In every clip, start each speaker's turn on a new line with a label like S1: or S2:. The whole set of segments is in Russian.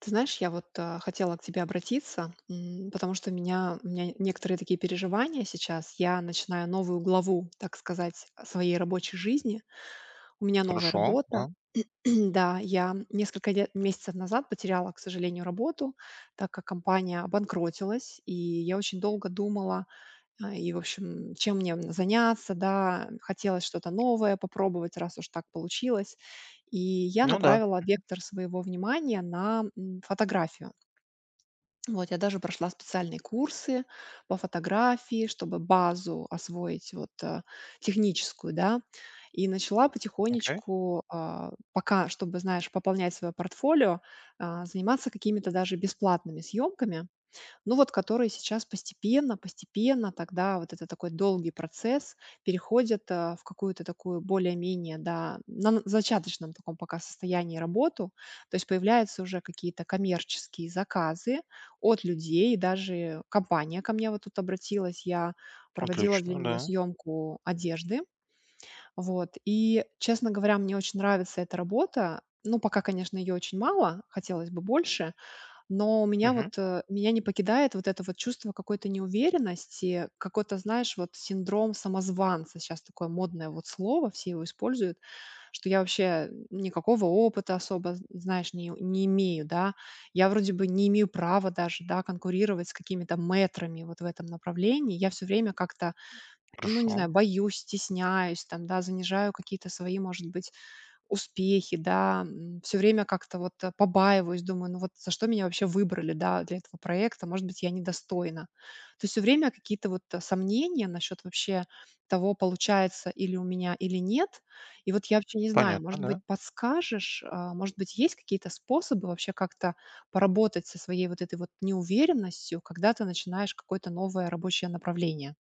S1: Ты знаешь, я вот хотела к тебе обратиться, потому что у меня некоторые такие переживания сейчас. Я начинаю новую главу, так сказать, своей рабочей жизни. У меня новая
S2: Хорошо, да.
S1: работа. Да, я несколько месяцев назад потеряла, к сожалению, работу, так как компания обанкротилась, и я очень долго думала, в общем, чем мне заняться, да, хотелось что-то новое попробовать, раз уж так получилось. И я
S2: Ну да,
S1: направила вектор своего внимания на фотографию. Вот, я даже прошла специальные курсы по фотографии, чтобы базу освоить вот техническую, да, и начала
S2: окей.
S1: потихонечку, пока, чтобы, знаешь, пополнять свое портфолио, заниматься какими-то даже бесплатными съемками, ну, вот которые сейчас постепенно тогда вот это такой долгий процесс переходят, в какую-то такую более-менее, да, на зачаточном таком пока состоянии работу. То есть появляются уже какие-то коммерческие заказы от людей. Даже компания ко мне вот тут обратилась. Я проводила для
S2: Отлично,
S1: нее
S2: да.
S1: съемку одежды. Вот. И, честно говоря, мне очень нравится эта работа. Ну, пока, конечно, ее очень мало, хотелось бы больше. Но у меня
S2: Мгм.
S1: вот, меня не покидает вот это вот чувство какой-то неуверенности, какой-то, знаешь, вот синдром самозванца. Сейчас такое модное вот слово, все его используют, что я вообще никакого опыта особо, знаешь, не имею, да. Я вроде бы не имею права даже, да, конкурировать с какими-то метрами вот в этом направлении. Я все время как-то, ну, не
S2: Хорошо.
S1: знаю, боюсь, стесняюсь, там, да, занижаю какие-то свои, может быть, успехи, да, все время как-то вот, побаиваюсь, думаю: "Ну вот за что меня вообще выбрали, да, для этого проекта? Может быть, я недостойна". То есть все время какие-то вот, сомнения насчет вообще того, получается или у меня, или нет. И вот я вообще не знаю,
S2: Понятно,
S1: может быть,
S2: да.
S1: подскажешь, может быть, есть какие-то способы вообще как-то поработать со своей вот этой вот неуверенностью, когда ты начинаешь какое-то новое рабочее направление?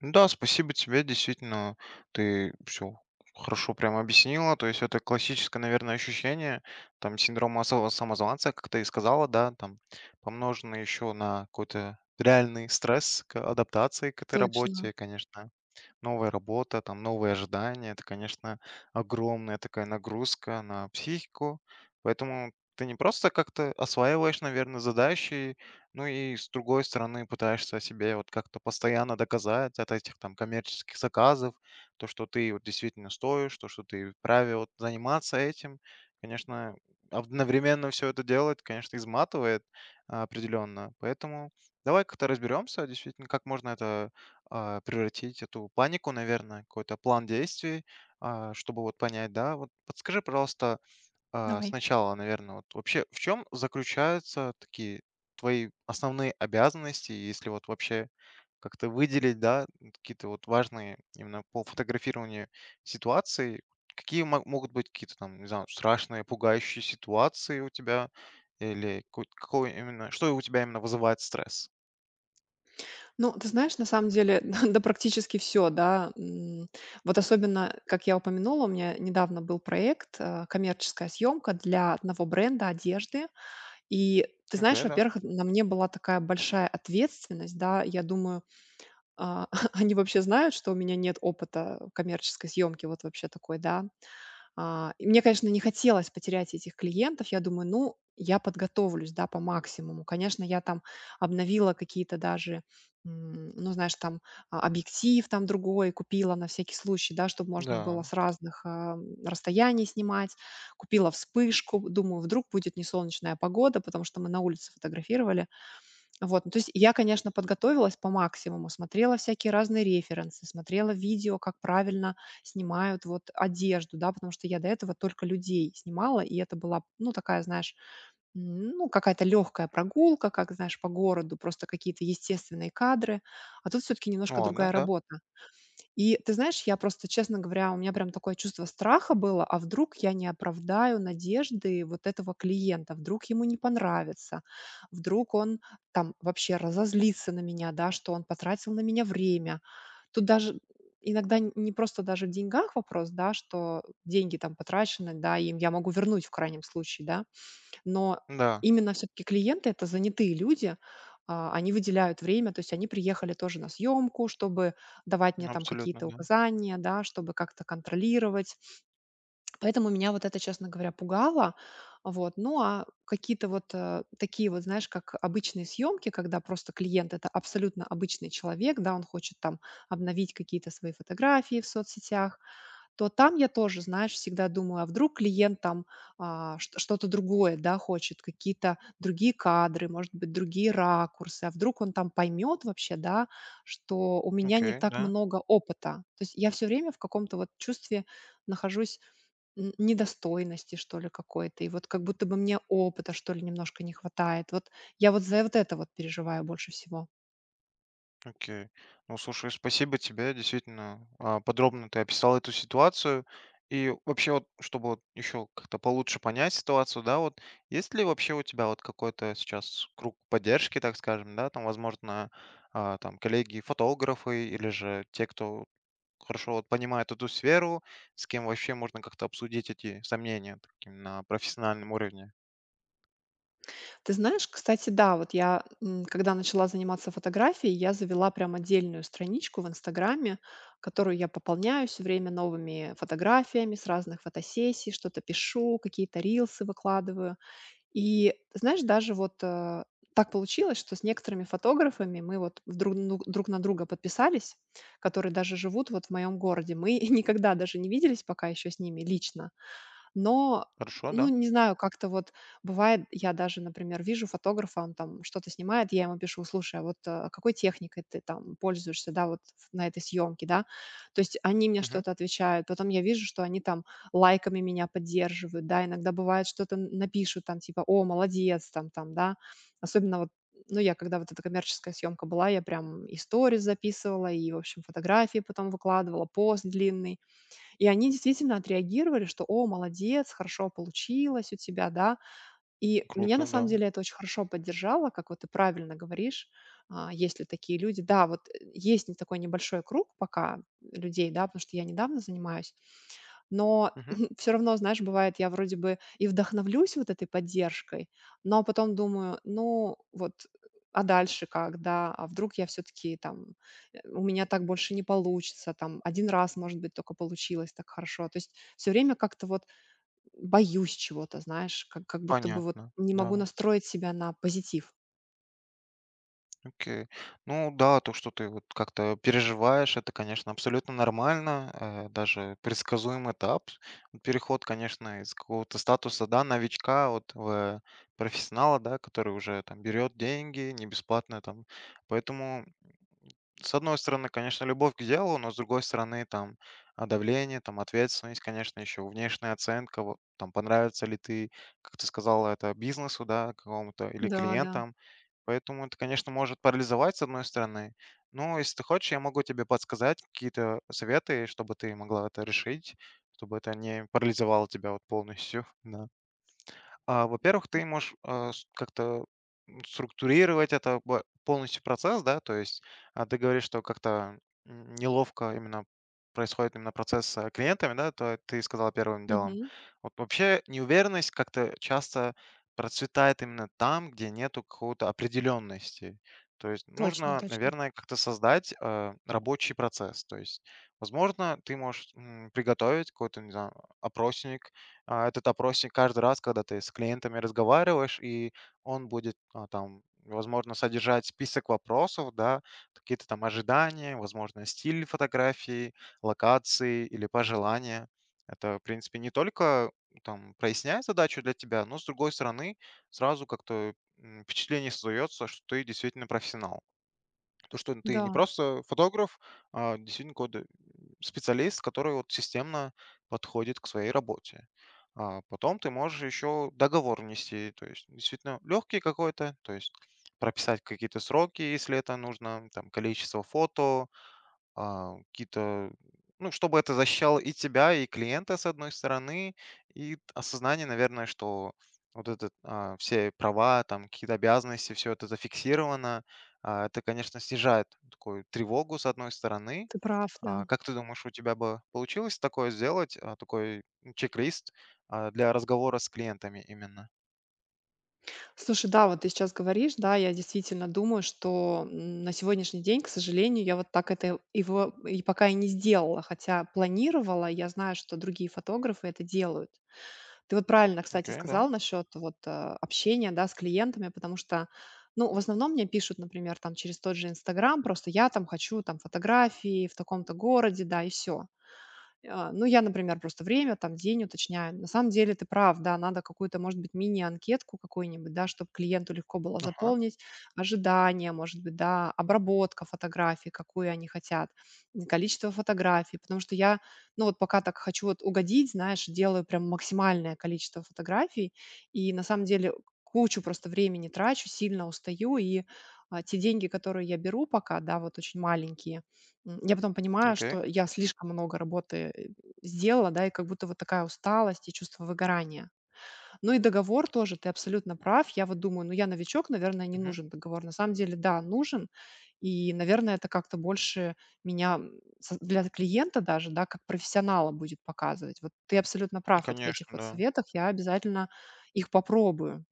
S2: Ну да, спасибо тебе, действительно, ты все хорошо прям объяснила. То есть это классическое, наверное, ощущение, там, синдрома самозванца, как ты и сказала, да, там, помноженный еще на какой-то реальный стресс к адаптации к этой
S1: Точно.
S2: работе, конечно. Новая работа, там новые ожидания. Это, конечно, огромная такая нагрузка на психику. Поэтому ты не просто как-то осваиваешь, наверное, задачи, ну и с другой стороны пытаешься себе вот как-то постоянно доказать от этих там коммерческих заказов, то, что ты вот действительно стоишь, то, что ты вправе вот заниматься этим. Конечно, одновременно все это делать, конечно, изматывает определенно. Поэтому давай как-то разберемся, действительно, как можно это превратить эту панику, наверное, какой-то план действий, чтобы вот понять, да. Вот подскажи, пожалуйста,
S1: Давай.
S2: сначала, наверное, вот вообще в чем заключаются такие твои основные обязанности, если вот вообще как-то выделить, да, какие-то вот важные именно по фотографированию ситуации, какие могут быть какие-то там, не знаю, страшные, пугающие ситуации у тебя, или какой именно, что у тебя именно вызывает стресс?
S1: Ну, ты знаешь, на самом деле, да, практически все, да. Вот особенно, как я упомянула, у меня недавно был проект, коммерческая съемка для одного бренда одежды. И ты знаешь,
S2: Окей, да.
S1: во-первых, на мне была такая большая ответственность, да. Я думаю, а, они вообще знают, что у меня нет опыта коммерческой съемки, вот вообще такой, да. И мне, конечно, не хотелось потерять этих клиентов. Я думаю, ну, я подготовлюсь, да, по максимуму. Конечно, я там обновила какие-то даже, ну, знаешь, там объектив там другой купила на всякий случай, да, чтобы можно было
S2: Да.
S1: с разных расстояний снимать. Купила вспышку, думаю, вдруг будет не солнечная погода, потому что мы на улице фотографировали, вот, ну, то есть я, конечно, подготовилась по максимуму, смотрела всякие разные референсы, смотрела видео, как правильно снимают вот одежду, да, потому что я до этого только людей снимала, и это была, ну, такая, знаешь, ну, какая-то легкая прогулка, как, знаешь, по городу, просто какие-то естественные кадры, а тут все-таки немножко
S2: Ладно,
S1: другая
S2: да.
S1: работа. И ты знаешь, я просто, честно говоря, у меня прям такое чувство страха было, а вдруг я не оправдаю надежды вот этого клиента, вдруг ему не понравится, вдруг он там вообще разозлится на меня, да, что он потратил на меня время. Тут даже иногда не просто даже в деньгах вопрос, да, что деньги там потрачены, да, им я могу вернуть в крайнем случае, да, но
S2: Да.
S1: именно все таки клиенты — это занятые люди, они выделяют время, то есть они приехали тоже на съемку чтобы давать мне там
S2: Абсолютно,
S1: какие-то
S2: да.
S1: указания, да, чтобы как-то контролировать. Поэтому меня вот это, честно говоря, пугало. Вот. Ну, а какие-то вот, такие вот, знаешь, как обычные съемки когда просто клиент — это абсолютно обычный человек, да, он хочет там обновить какие-то свои фотографии в соцсетях, то там я тоже, знаешь, всегда думаю, а вдруг клиент там, а, чт что-то другое, да, хочет, какие-то другие кадры, может быть, другие ракурсы, а вдруг он там поймет вообще, да, что у меня не
S2: Окей,
S1: так
S2: да,
S1: много опыта. То есть я все время в каком-то вот чувстве нахожусь н недостойности, что ли, какой-то, и вот как будто бы мне опыта, что ли, немножко не хватает. Вот я вот за вот это вот переживаю больше всего.
S2: окей. Ну, слушай, спасибо тебе, действительно, подробно ты описал эту ситуацию. И вообще, вот, чтобы вот еще как-то получше понять ситуацию, да, вот есть ли вообще у тебя вот какой-то сейчас круг поддержки, так скажем, да, там, возможно, там коллеги-фотографы или же те, кто хорошо вот понимает эту сферу, с кем вообще можно как-то обсудить эти сомнения таким на профессиональном уровне.
S1: Ты знаешь, кстати, да, вот я, когда начала заниматься фотографией, я завела прям отдельную страничку в Инстаграме, которую я пополняю все время новыми фотографиями с разных фотосессий, что-то пишу, какие-то рилсы выкладываю. И, ты знаешь, даже вот так получилось, что с некоторыми фотографами мы вот друг на друга подписались, которые даже живут вот в моем городе. Мы никогда даже не виделись пока еще с ними лично, но,
S2: Хорошо,
S1: ну,
S2: да?
S1: не знаю, как-то вот бывает, я даже, например, вижу фотографа, он там что-то снимает, я ему пишу, слушай, а вот какой техникой ты там пользуешься, да, вот на этой съемке, да, то есть они мне
S2: Мгм.
S1: что-то отвечают, потом я вижу, что они там лайками меня поддерживают, да, иногда бывает что-то напишут там, типа, о, молодец, там, там, да, особенно вот ну, я когда вот эта коммерческая съемка была, я прям и сторис записывала, и, в общем, фотографии потом выкладывала, пост длинный, и они действительно отреагировали, что: "О, молодец, хорошо получилось у тебя", да. И меня на
S2: Круто, да.
S1: самом деле это очень хорошо поддержало, как вот ты правильно говоришь, есть ли такие люди. Да, вот, есть не такой небольшой круг пока людей, да, потому что я недавно занимаюсь. Но
S2: Мгм.
S1: все равно, знаешь, бывает, я вроде бы и вдохновлюсь вот этой поддержкой, но потом думаю: "Ну вот, а дальше как, да? А вдруг я все таки там, у меня так больше не получится, там один раз, может быть, только получилось так хорошо". То есть все время как-то вот боюсь чего-то, знаешь, как будто бы вот
S2: Понятно,
S1: не могу
S2: да.
S1: настроить себя на позитив.
S2: Окей. Ну да, то, что ты вот как-то переживаешь, это, конечно, абсолютно нормально, даже предсказуемый этап. Переход, конечно, из какого-то статуса, да, новичка вот в профессионала, да, который уже там берет деньги, не бесплатно там. Поэтому с одной стороны, конечно, любовь к делу, но с другой стороны, там, давление, там, ответственность, конечно, еще внешняя оценка, вот, там, понравится ли ты, как ты сказала, это бизнесу, да, какому-то или
S1: Да, да.
S2: клиентам. Поэтому это, конечно, может парализовать, с одной стороны. Но если ты хочешь, я могу тебе подсказать какие-то советы, чтобы ты могла это решить, чтобы это не парализовало тебя вот полностью. Да. Во-первых, ты можешь, а, с как-то, структурировать это бо полностью процесс, да. То есть, ты говоришь, что как-то, неловко именно происходит именно процесс с клиентами, да. То ты сказала первым делом.
S1: Мгм.
S2: Вот вообще неуверенность как-то часто процветает именно там, где нету какого-то определенности. То есть
S1: Точно,
S2: нужно,
S1: точно.
S2: наверное, как-то создать, рабочий процесс. То есть, возможно, ты можешь, приготовить какой-то, не знаю, опросник, этот опросник каждый раз, когда ты с клиентами разговариваешь, и он будет, там, возможно, содержать список вопросов, да, какие-то там ожидания, возможно, стиль фотографии, локации или пожелания. Это, в принципе, не только там проясняет задачу для тебя, но, с другой стороны, сразу как-то впечатление создается, что ты действительно профессионал. То, что ты не
S1: Да,
S2: просто фотограф, а действительно какой-то специалист, который вот системно подходит к своей работе. А потом ты можешь еще договор внести, то есть действительно легкий какой-то, то есть прописать какие-то сроки, если это нужно, там количество фото, какие-то, ну, чтобы это защищало и тебя, и клиента, с одной стороны, и осознание, наверное, что вот это все права, там какие-то обязанности, все это зафиксировано. Это, конечно, снижает такую тревогу, с одной стороны.
S1: ты прав, да.
S2: Как ты думаешь, у тебя бы получилось такое сделать, такой чек-лист для разговора с клиентами именно?
S1: Слушай, да, вот ты сейчас говоришь, да, я действительно думаю, что на сегодняшний день, к сожалению, я вот так это его и пока и не сделала, хотя планировала, я знаю, что другие фотографы это делают. Ты вот правильно, кстати,
S2: Окей, да.
S1: сказал насчет вот общения, да, с клиентами, потому что, ну, в основном мне пишут, например, там через тот же Инстаграм, просто я там хочу там фотографии в таком-то городе, да, и все. А, ну, я, например, просто время, там, день уточняю. На самом деле ты прав, да, надо какую-то, может быть, мини-анкетку какую-нибудь, да, чтобы клиенту легко было
S2: Ага,
S1: заполнить ожидания, может быть, да, обработка фотографий, какую они хотят, количество фотографий, потому что я, ну, вот пока так хочу вот угодить, знаешь, делаю прям максимальное количество фотографий, и на самом деле кучу просто времени трачу, сильно устаю, и те деньги, которые я беру пока, да, вот очень маленькие. Я потом понимаю,
S2: окей.
S1: что я слишком много работы, сделала, да, и как будто вот такая усталость и чувство выгорания. Ну и договор тоже, ты абсолютно прав. Я вот думаю, ну я новичок, наверное, не
S2: Мгм.
S1: нужен договор. На самом деле, да, нужен. И, наверное, это как-то больше меня для клиента даже, да, как профессионала будет показывать. Вот ты абсолютно прав вот в этих
S2: Конечно,
S1: вот
S2: да.
S1: советах, я обязательно их попробую.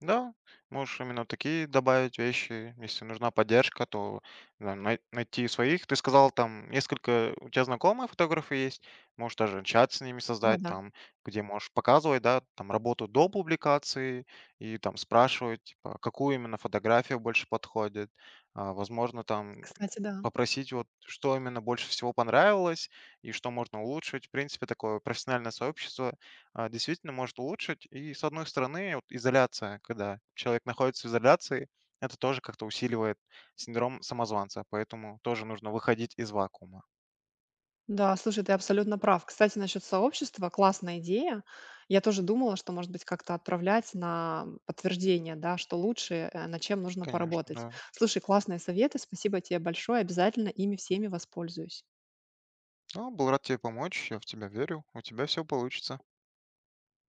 S2: Да, можешь именно такие добавить вещи. Если нужна поддержка, то да, найти своих. Ты сказал, там несколько у тебя знакомые фотографы есть, можешь даже чат с ними создать,
S1: Да-да,
S2: там, где можешь показывать, да, там работу до публикации и там спрашивать, типа, какую именно фотографию больше подходит. Возможно, там
S1: кстати, да.
S2: попросить, вот, что именно больше всего понравилось и что можно улучшить. В принципе, такое профессиональное сообщество действительно может улучшить. И с одной стороны, вот изоляция, когда человек находится в изоляции, это тоже как-то усиливает синдром самозванца, поэтому тоже нужно выходить из вакуума.
S1: Да, слушай, ты абсолютно прав. Кстати, насчет сообщества — классная идея. Я тоже думала, что, может быть, как-то отправлять на подтверждение, да, что лучше, над чем нужно
S2: Конечно,
S1: поработать.
S2: да.
S1: Слушай, классные советы, спасибо тебе большое. Обязательно ими всеми воспользуюсь.
S2: Ну, был рад тебе помочь, я в тебя верю, у тебя все получится.